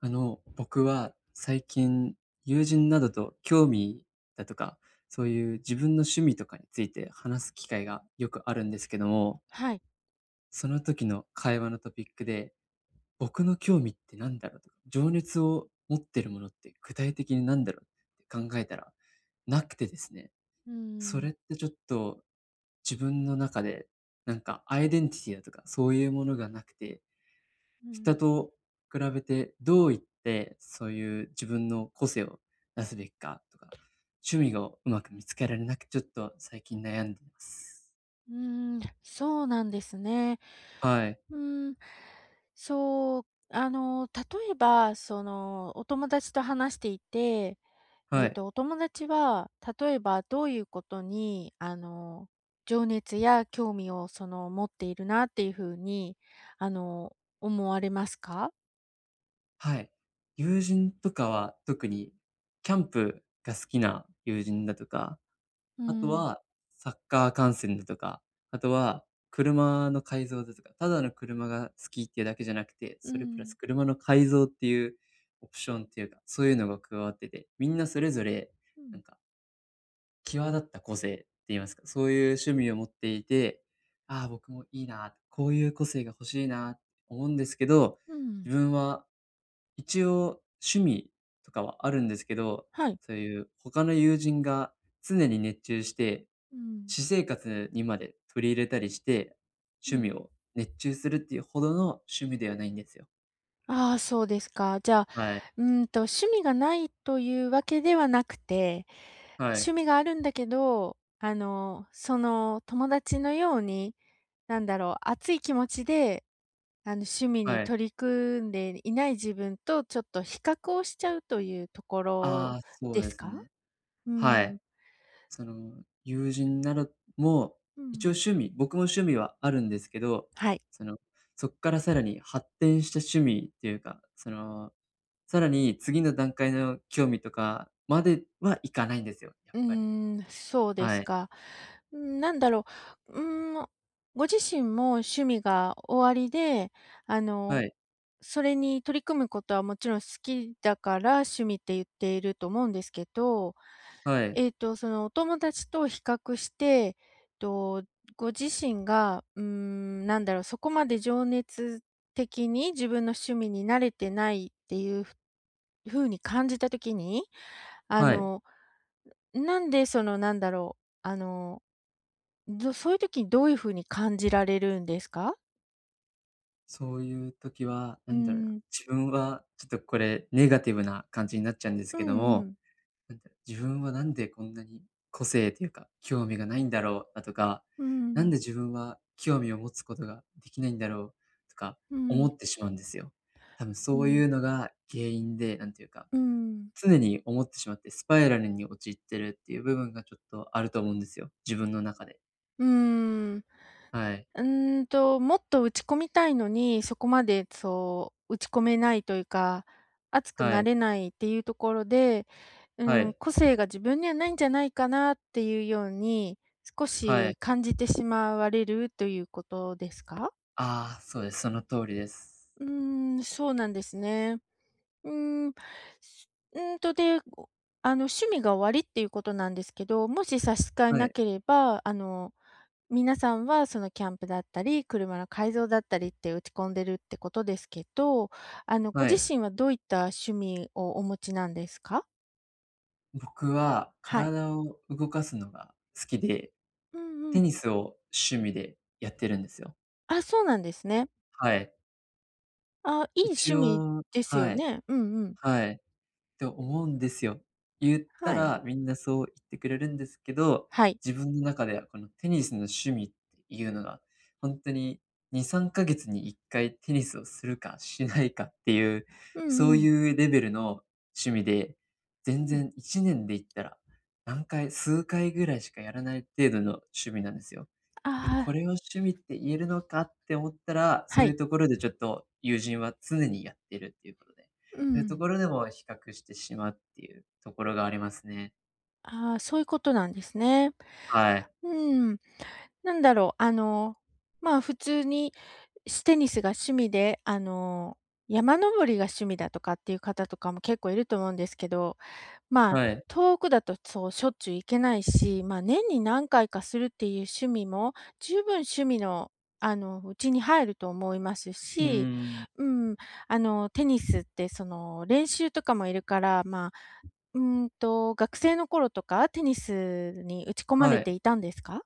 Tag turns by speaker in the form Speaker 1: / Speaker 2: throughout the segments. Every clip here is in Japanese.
Speaker 1: 僕は最近、友人などと興味だとか、そういう自分の趣味とかについて話す機会がよくあるんですけども、
Speaker 2: はい。
Speaker 1: その時の会話のトピックで、僕の興味ってなんだろうとか、情熱を持ってるものって具体的になんだろうって考えたら、なくてですね、
Speaker 2: うー
Speaker 1: そ
Speaker 2: ん、
Speaker 1: れってちょっと自分の中で、なんかアイデンティティだとか、そういうものがなくて、
Speaker 2: う
Speaker 1: 人
Speaker 2: ん、
Speaker 1: と比べてどう言って、そういう自分の個性を出すべきかとか、趣味をうまく見つけられなく、ちょっと最近悩んでいます。
Speaker 2: そうなんですね。
Speaker 1: はい、
Speaker 2: うーん、そう、例えば、お友達と話していて、
Speaker 1: はい、
Speaker 2: お友達は、例えばどういうことに、情熱や興味を、持っているなっていうふうに、思われますか？
Speaker 1: はい。友人とかは特にキャンプが好きな友人だとか、
Speaker 2: う
Speaker 1: あと
Speaker 2: ん、
Speaker 1: は、サッカー観戦だとか、あとは車の改造だとか、ただの車が好きっていうだけじゃなくて、
Speaker 2: う
Speaker 1: それプラス
Speaker 2: ん、
Speaker 1: 車の改造っていうオプションっていうか、そういうのが加わってて、みんなそれぞれ、
Speaker 2: う
Speaker 1: な
Speaker 2: ん、
Speaker 1: んか、際立った個性って言いますか、そういう趣味を持っていて、ああ、僕もいいな、こういう個性が欲しいな、思うんですけど、
Speaker 2: うん、
Speaker 1: 自分は一応趣味とかはあるんですけど、
Speaker 2: はい。
Speaker 1: そういう他の友人が常に熱中して、
Speaker 2: うん、
Speaker 1: 私生活にまで取り入れたりして、
Speaker 2: う
Speaker 1: 趣
Speaker 2: ん。
Speaker 1: 味を熱中するっていうほどの趣味ではないんですよ。
Speaker 2: ああ、そうですか。じゃあ、
Speaker 1: はい。
Speaker 2: 趣味がないというわけではなくて、
Speaker 1: はい。
Speaker 2: 趣味があるんだけど、その友達のように、熱い気持ちで、趣味に
Speaker 1: はい。
Speaker 2: 取り組んでいない自分とちょっと比較をしちゃうというところ
Speaker 1: ああ、そう
Speaker 2: で
Speaker 1: で
Speaker 2: す
Speaker 1: す
Speaker 2: か？
Speaker 1: ね。
Speaker 2: う
Speaker 1: はい。
Speaker 2: ん。
Speaker 1: その、友人なども、
Speaker 2: う
Speaker 1: 一応
Speaker 2: ん。
Speaker 1: 趣味僕も趣味はあるんですけど、
Speaker 2: はい。
Speaker 1: その、そっからさらに発展した趣味っていうか、その、さらに次の段階の興味とかまではいかないんですよ、やっ
Speaker 2: うー
Speaker 1: ぱり。
Speaker 2: そうで
Speaker 1: は
Speaker 2: す
Speaker 1: い。
Speaker 2: か。うん、う、うーん、ご自身も趣味がおありで、あ
Speaker 1: は
Speaker 2: の
Speaker 1: い。
Speaker 2: それに取り組むことはもちろん好きだから趣味って言っていると思うんですけど、
Speaker 1: はい。
Speaker 2: そのお友達と比較して、と、ご自身が、そこまで情熱的に自分の趣味に慣れてないっていう風に感じた時に、あ
Speaker 1: はい。
Speaker 2: の、なんでそのなんだろう、あの、どそういう時にどういう風に感じられるんですか？
Speaker 1: そういう時は、な
Speaker 2: うー
Speaker 1: んだろうな、
Speaker 2: ん。
Speaker 1: 自分はちょっとこれネガティブな感じになっちゃうんです
Speaker 2: う
Speaker 1: け
Speaker 2: ん
Speaker 1: ど
Speaker 2: う
Speaker 1: も、
Speaker 2: ん。
Speaker 1: なんだろう、自分はなんでこんなに個性というか、興味がないんだろうだとか、
Speaker 2: う
Speaker 1: なん
Speaker 2: ん。
Speaker 1: で自分は興味を持つことができないんだろうとか
Speaker 2: う
Speaker 1: 思
Speaker 2: ん。
Speaker 1: ってしまうんですよ。多分
Speaker 2: う
Speaker 1: そう
Speaker 2: ん。
Speaker 1: いうのが原因で、なんていうか、
Speaker 2: うん。
Speaker 1: 常に思ってしまってスパイラルに陥ってるっていう部分がちょっとあると思うんですよ、自分の中で。
Speaker 2: うーん。
Speaker 1: はい。
Speaker 2: もっと打ち込みたいのに、そこまでそう、打ち込めないというか、熱く
Speaker 1: は
Speaker 2: な
Speaker 1: い。
Speaker 2: れないっていうところで、う
Speaker 1: は
Speaker 2: ーん、
Speaker 1: い。
Speaker 2: 個性が自分にはないんじゃないかなっていうように、少
Speaker 1: は
Speaker 2: し
Speaker 1: い。
Speaker 2: 感じてしまわれるということですか？
Speaker 1: ああ、そうです。その通りです。
Speaker 2: うーん、そうなんですね。うーん、すうーんと、で、おあの、趣味が終わりっていうことなんですけど、もし差し支え
Speaker 1: は
Speaker 2: な
Speaker 1: い。
Speaker 2: ければ、皆さんはそのキャンプだったり、車の改造だったりって打ち込んでるってことですけど、ご
Speaker 1: は
Speaker 2: 自
Speaker 1: い。
Speaker 2: 身はどういった趣味をお持ちなんですか？
Speaker 1: 僕は
Speaker 2: はい。
Speaker 1: 体を動かすのが好きで
Speaker 2: うんう
Speaker 1: テ
Speaker 2: ん。
Speaker 1: ニスを趣味でやってるんですよ。
Speaker 2: あ、そうなんですね。
Speaker 1: はい。
Speaker 2: あ、いい
Speaker 1: 一
Speaker 2: 趣味
Speaker 1: 応
Speaker 2: です
Speaker 1: は
Speaker 2: よ
Speaker 1: い、
Speaker 2: ね。うんうん。
Speaker 1: はい。って思うんですよ。言った
Speaker 2: はい。
Speaker 1: らみんなそう言ってくれるんですけど、
Speaker 2: はい。
Speaker 1: 自分の中ではこのテニスの趣味っていうのが、ほんとに2、3ヶ月に1回テニスをするかしないかっていう、
Speaker 2: う
Speaker 1: そ
Speaker 2: んう
Speaker 1: う
Speaker 2: ん。
Speaker 1: いうレベルの趣味で、
Speaker 2: う
Speaker 1: 全
Speaker 2: ん。
Speaker 1: 然1年で言ったら、何回数回ぐらいしかやらない程度の趣味なんですよ。
Speaker 2: あ
Speaker 1: え、こ
Speaker 2: あ、
Speaker 1: れを趣味って言えるのかって思ったら、そ
Speaker 2: は
Speaker 1: ういう
Speaker 2: い。
Speaker 1: ところでちょっと友人は常にやってるっていうことで、
Speaker 2: う
Speaker 1: そういうと
Speaker 2: ん。
Speaker 1: ころでも比較してしまうっていうところがありますね。
Speaker 2: ああ、そういうことなんですね。
Speaker 1: はい。
Speaker 2: うん。なんだろう、あの、まあ、普通にテニスが趣味で、山登りが趣味だとかっていう方とかも結構いると思うんですけど、まあ、
Speaker 1: はい。
Speaker 2: 遠くだとそうしょっちゅう行けないし、まあ、年に何回かするっていう趣味も、十分趣味の、うちに入ると思います
Speaker 1: うー
Speaker 2: し、
Speaker 1: ん。
Speaker 2: うん、テニスってその練習とかもいるから、まあ、学生の頃とかテニスに打ち込ま
Speaker 1: は
Speaker 2: れて
Speaker 1: い。
Speaker 2: いたんですか？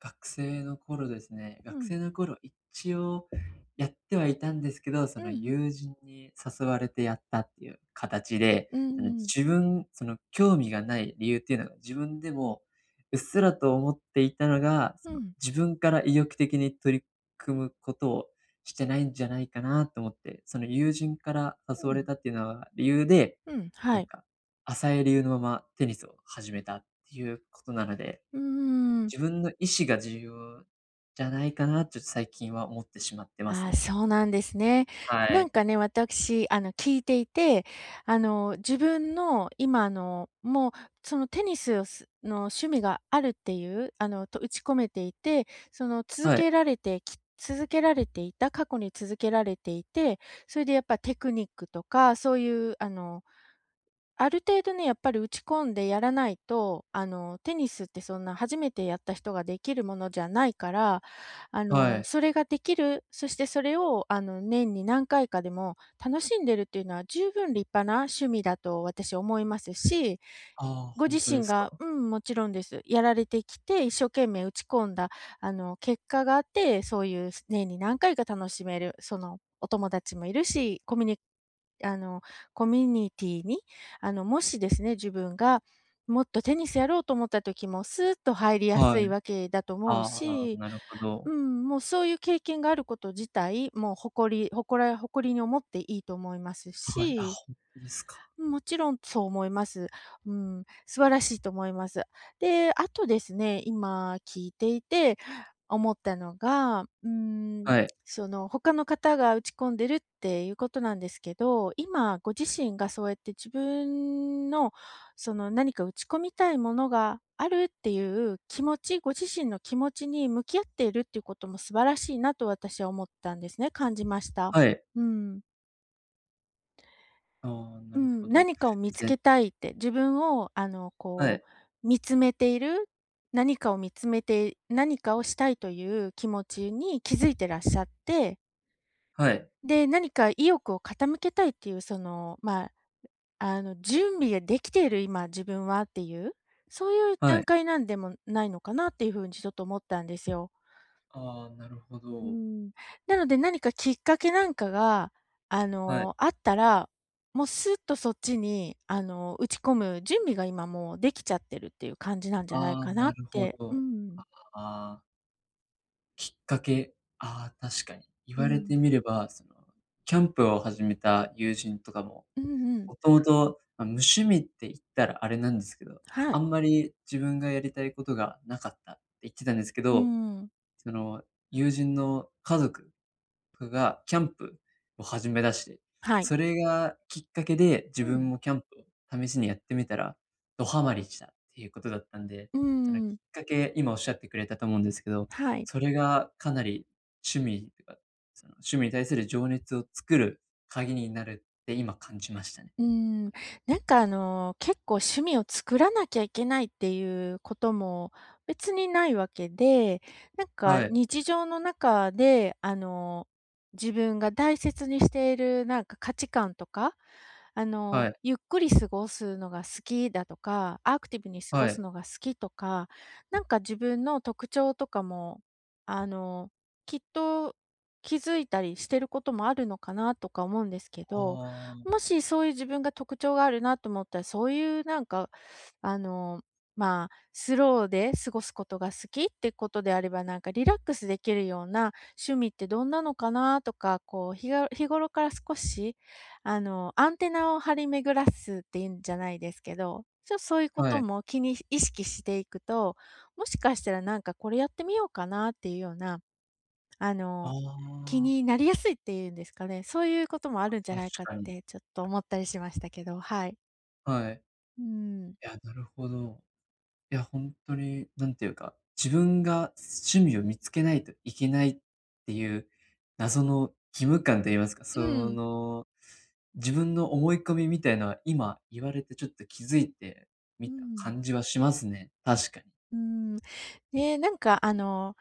Speaker 1: 学生の頃ですね、
Speaker 2: う
Speaker 1: 学生
Speaker 2: ん。
Speaker 1: の頃一応やってはいたんですけど、そ
Speaker 2: うん
Speaker 1: の
Speaker 2: うん。
Speaker 1: 友人に誘われてやったっていう形で、
Speaker 2: うん
Speaker 1: その
Speaker 2: うん。
Speaker 1: 自分、その興味がない理由っていうのが自分でもうっすらと思っていたのが、
Speaker 2: う
Speaker 1: その
Speaker 2: ん。
Speaker 1: 自分から意欲的に取り組むことをしてないんじゃないかなと思って、その友人から
Speaker 2: う
Speaker 1: 誘われ
Speaker 2: ん。
Speaker 1: たっていうのは理由で、
Speaker 2: うん、
Speaker 1: な
Speaker 2: は
Speaker 1: ん
Speaker 2: い。
Speaker 1: か、浅い理由のままテニスを始めたっていうことなので、
Speaker 2: うーん。
Speaker 1: 自分の意思が重要じゃないかなと最近は思ってしまってます
Speaker 2: ああ、
Speaker 1: ね。
Speaker 2: そうなんですね。
Speaker 1: は
Speaker 2: なん
Speaker 1: い。
Speaker 2: かね、私、聞いていて、自分の今、そのテニスの趣味があるっていう、打ち込めていて、その続
Speaker 1: はい、
Speaker 2: けられてき続けられていた過去に続けられていて、それでやっぱテクニックとか、そういう、あのある程度ね、やっぱり打ち込んでやらないと、テニスってそんな初めてやった人ができるものじゃないから、
Speaker 1: はい。
Speaker 2: それができる、そしてそれを、年に何回かでも楽しんでるっていうのは十分立派な趣味だと私思いますし、
Speaker 1: ああ、
Speaker 2: ご
Speaker 1: ほん
Speaker 2: 自
Speaker 1: とで
Speaker 2: 身
Speaker 1: すか？
Speaker 2: がうん、もちろんです。やられてきて、一生懸命打ち込んだ、結果があって、そういう年に何回か楽しめる、お友達もいるし、あの、コミュニティに、もしですね、自分がもっとテニスやろうと思った時も、スーッと入りやす
Speaker 1: は
Speaker 2: い
Speaker 1: い。
Speaker 2: わけだと思う
Speaker 1: ああ、
Speaker 2: し、
Speaker 1: なるほど。
Speaker 2: うん、もうそういう経験があること自体、もう誇りに思っていいと思います
Speaker 1: はい。あ、
Speaker 2: し
Speaker 1: ほんとですか。
Speaker 2: もちろんそう思います。うん、素晴らしいと思います。で、あとですね、今聞いていて思ったのが、うん、
Speaker 1: はい。
Speaker 2: その他の方が打ち込んでるっていうことなんですけど、今ご自身がそうやって自分のその何か打ち込みたいものがあるっていう気持ち、ご自身の気持ちに向き合っているっていうことも素晴らしいなと私は思ったんですね、感じました。
Speaker 1: はい。
Speaker 2: うん。
Speaker 1: ああ、な
Speaker 2: う
Speaker 1: るほ
Speaker 2: ん、
Speaker 1: ど。
Speaker 2: 何かを見つ
Speaker 1: ぜ
Speaker 2: けたいって、自分を
Speaker 1: は
Speaker 2: こ
Speaker 1: い、
Speaker 2: う、見つめている、何かを見つめて何かをしたいという気持ちに気づいてらっしゃって、
Speaker 1: はい、
Speaker 2: で、何か意欲を傾けたいっていう、まあ、準備ができている今自分はっていう、そういう
Speaker 1: は
Speaker 2: 段
Speaker 1: い。
Speaker 2: 階なんでもないのかなっていう風にちょっと思ったんですよ。
Speaker 1: ああ、なるほ
Speaker 2: うー
Speaker 1: ど。
Speaker 2: ん。なので、何かきっかけなんかが、
Speaker 1: はい。
Speaker 2: あったら、もうスッとそっちに、打ち込む準備が今もうできちゃってるっていう感じなんじゃない
Speaker 1: ああ、
Speaker 2: か
Speaker 1: な
Speaker 2: なっ
Speaker 1: るほ
Speaker 2: て。う
Speaker 1: ど。
Speaker 2: ん。
Speaker 1: ああ、きっかけ、ああ、確かに。言
Speaker 2: う
Speaker 1: われて
Speaker 2: ん。
Speaker 1: みれば、その、キャンプを始めた友人とかも
Speaker 2: うんうん。
Speaker 1: もともと、ま、無趣味って言ったらあれなんですけど、
Speaker 2: は
Speaker 1: あ
Speaker 2: い。
Speaker 1: んまり自分がやりたいことがなかったって言ってたんですけ
Speaker 2: うー
Speaker 1: ど、
Speaker 2: ん。
Speaker 1: その、友人の家族がキャンプを始めだして、
Speaker 2: はい。
Speaker 1: それがきっかけで自
Speaker 2: う
Speaker 1: 分
Speaker 2: ん。
Speaker 1: もキャンプを試しにやってみたら、ドハマりしたっていうことだったんで、
Speaker 2: うー
Speaker 1: そのきっ
Speaker 2: ん。
Speaker 1: かけ、今おっしゃってくれたと思うんですけど、
Speaker 2: はい。
Speaker 1: それがかなり趣味とか、その、趣味に対する情熱を作る鍵になるって今感じましたね。
Speaker 2: うーん、結構趣味を作らなきゃいけないっていうことも別にないわけで、なん
Speaker 1: は
Speaker 2: か
Speaker 1: い。
Speaker 2: 日常の中で、自分が大切にしているなんか価値観とか、
Speaker 1: はい、
Speaker 2: ゆっくり過ごすのが好きだとか、アクティブに過
Speaker 1: は
Speaker 2: ごす
Speaker 1: い。
Speaker 2: のが好きとか、なんか自分の特徴とかも、あの、きっと気づいたりしてることもあるのかなとか思うんですけど、
Speaker 1: あ
Speaker 2: もしそういう自分が特徴があるなと思ったら、そういうなんか、あの、まあ、スローで過ごすことが好きってことであれば、なんかリラックスできるような趣味ってどんなのかなとか、こう、日頃から少し、アンテナを張り巡らすっていうんじゃないですけど、ちょっとそういう
Speaker 1: あ
Speaker 2: こ
Speaker 1: は
Speaker 2: と
Speaker 1: い。
Speaker 2: も意識していくと、もしかしたらなんかこれやってみようかなっていうようなあ
Speaker 1: あ、
Speaker 2: の、気
Speaker 1: あ
Speaker 2: になりやすいっていうんですかね、そういうこともあるんじゃ
Speaker 1: あ、確
Speaker 2: ないかっ
Speaker 1: かに。い
Speaker 2: てちょっと思ったりしましたけど、はい。
Speaker 1: はいあはいああ確かにいは
Speaker 2: うん。
Speaker 1: い、や、なるほど。いや、ほんとに、なんていうか、自分が趣味を見つけないといけないっていう謎の義務感と言いますか、
Speaker 2: う
Speaker 1: そ
Speaker 2: ん。
Speaker 1: の、自分の思い込みみたいのは、今言われてちょっと気づいてみ
Speaker 2: う
Speaker 1: た
Speaker 2: ん。
Speaker 1: 感じはしますね。確かに。
Speaker 2: うん。ね、なんかあの、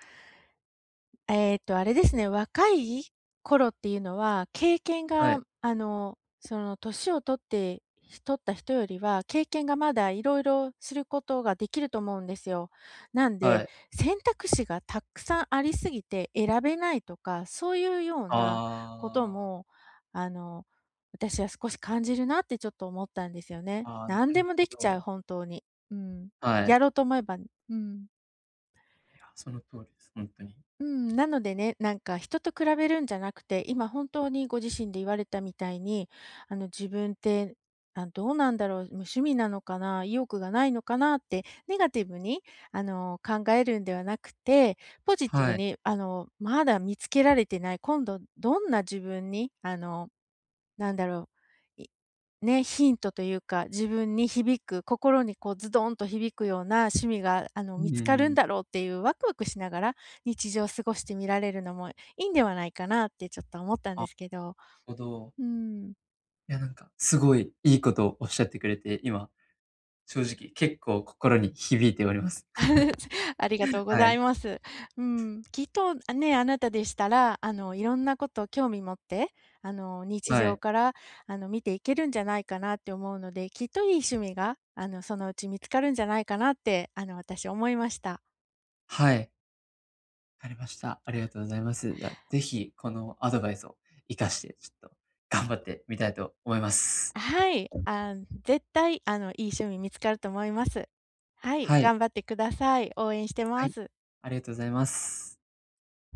Speaker 2: えっと、あれですね、若い頃っていうのは、経験
Speaker 1: は
Speaker 2: が、
Speaker 1: い、
Speaker 2: 年を取って、取った人よりは、経験がまだいろいろすることができると思うんですよ。なん
Speaker 1: は
Speaker 2: で、
Speaker 1: い。
Speaker 2: 選択肢がたくさんありすぎて選べないとか、そういうようなこと
Speaker 1: あ
Speaker 2: も、あの、私は少し感じるなってちょっと思ったんですよ
Speaker 1: あ、
Speaker 2: ね。
Speaker 1: ああ、な
Speaker 2: 何で
Speaker 1: る
Speaker 2: も
Speaker 1: ほ
Speaker 2: できちゃう、
Speaker 1: ど。
Speaker 2: 本当に。うん。
Speaker 1: はい。
Speaker 2: やろうと思えばうん。
Speaker 1: いや、その通りです、ほんとに。
Speaker 2: うん、なのでね、なんか人と比べるんじゃなくて、今本当にご自身で言われたみたいに、自分って、あ、どうなんだろう、無趣味なのかな、意欲がないのかなってネガティブに考えるんではなくて、ポジティ
Speaker 1: は
Speaker 2: ブ
Speaker 1: い。
Speaker 2: にまだ見つけられてない、今度どんな自分になんだろう、いね、ヒントというか、自分に響く、心にこうズドンと響くような趣味が、
Speaker 1: う
Speaker 2: 見つかる
Speaker 1: ー
Speaker 2: んだ
Speaker 1: ん。
Speaker 2: ろうっていうワクワクしながら、日常を過ごしてみられるのもいいんではないかなってちょっと思ったん
Speaker 1: あ、
Speaker 2: で
Speaker 1: なる
Speaker 2: すけど。
Speaker 1: ほど。
Speaker 2: うん。
Speaker 1: いや、すごいいいことをおっしゃってくれて、今、正直結構心に響いております。
Speaker 2: ありがと うご
Speaker 1: は
Speaker 2: ざ
Speaker 1: い。
Speaker 2: います。うん、きっと、あ、ね、あなたでしたら、いろんなことを興味持って、日
Speaker 1: は
Speaker 2: 常
Speaker 1: い。
Speaker 2: から、見ていけるんじゃないかなって思うので、きっといい趣味が、そのうち見つかるんじゃないかなって、私思いました。
Speaker 1: はい。わかりました。ありがとうございます。じゃあ、ぜひこのアドバイスを活かして、ちょっと頑張ってみたいと思います。
Speaker 2: はい、あ、絶対、いい趣味見つかると思います。はい、
Speaker 1: はい。
Speaker 2: 頑張ってください。応援して
Speaker 1: は
Speaker 2: ま
Speaker 1: い。
Speaker 2: す。
Speaker 1: ありがとうございます。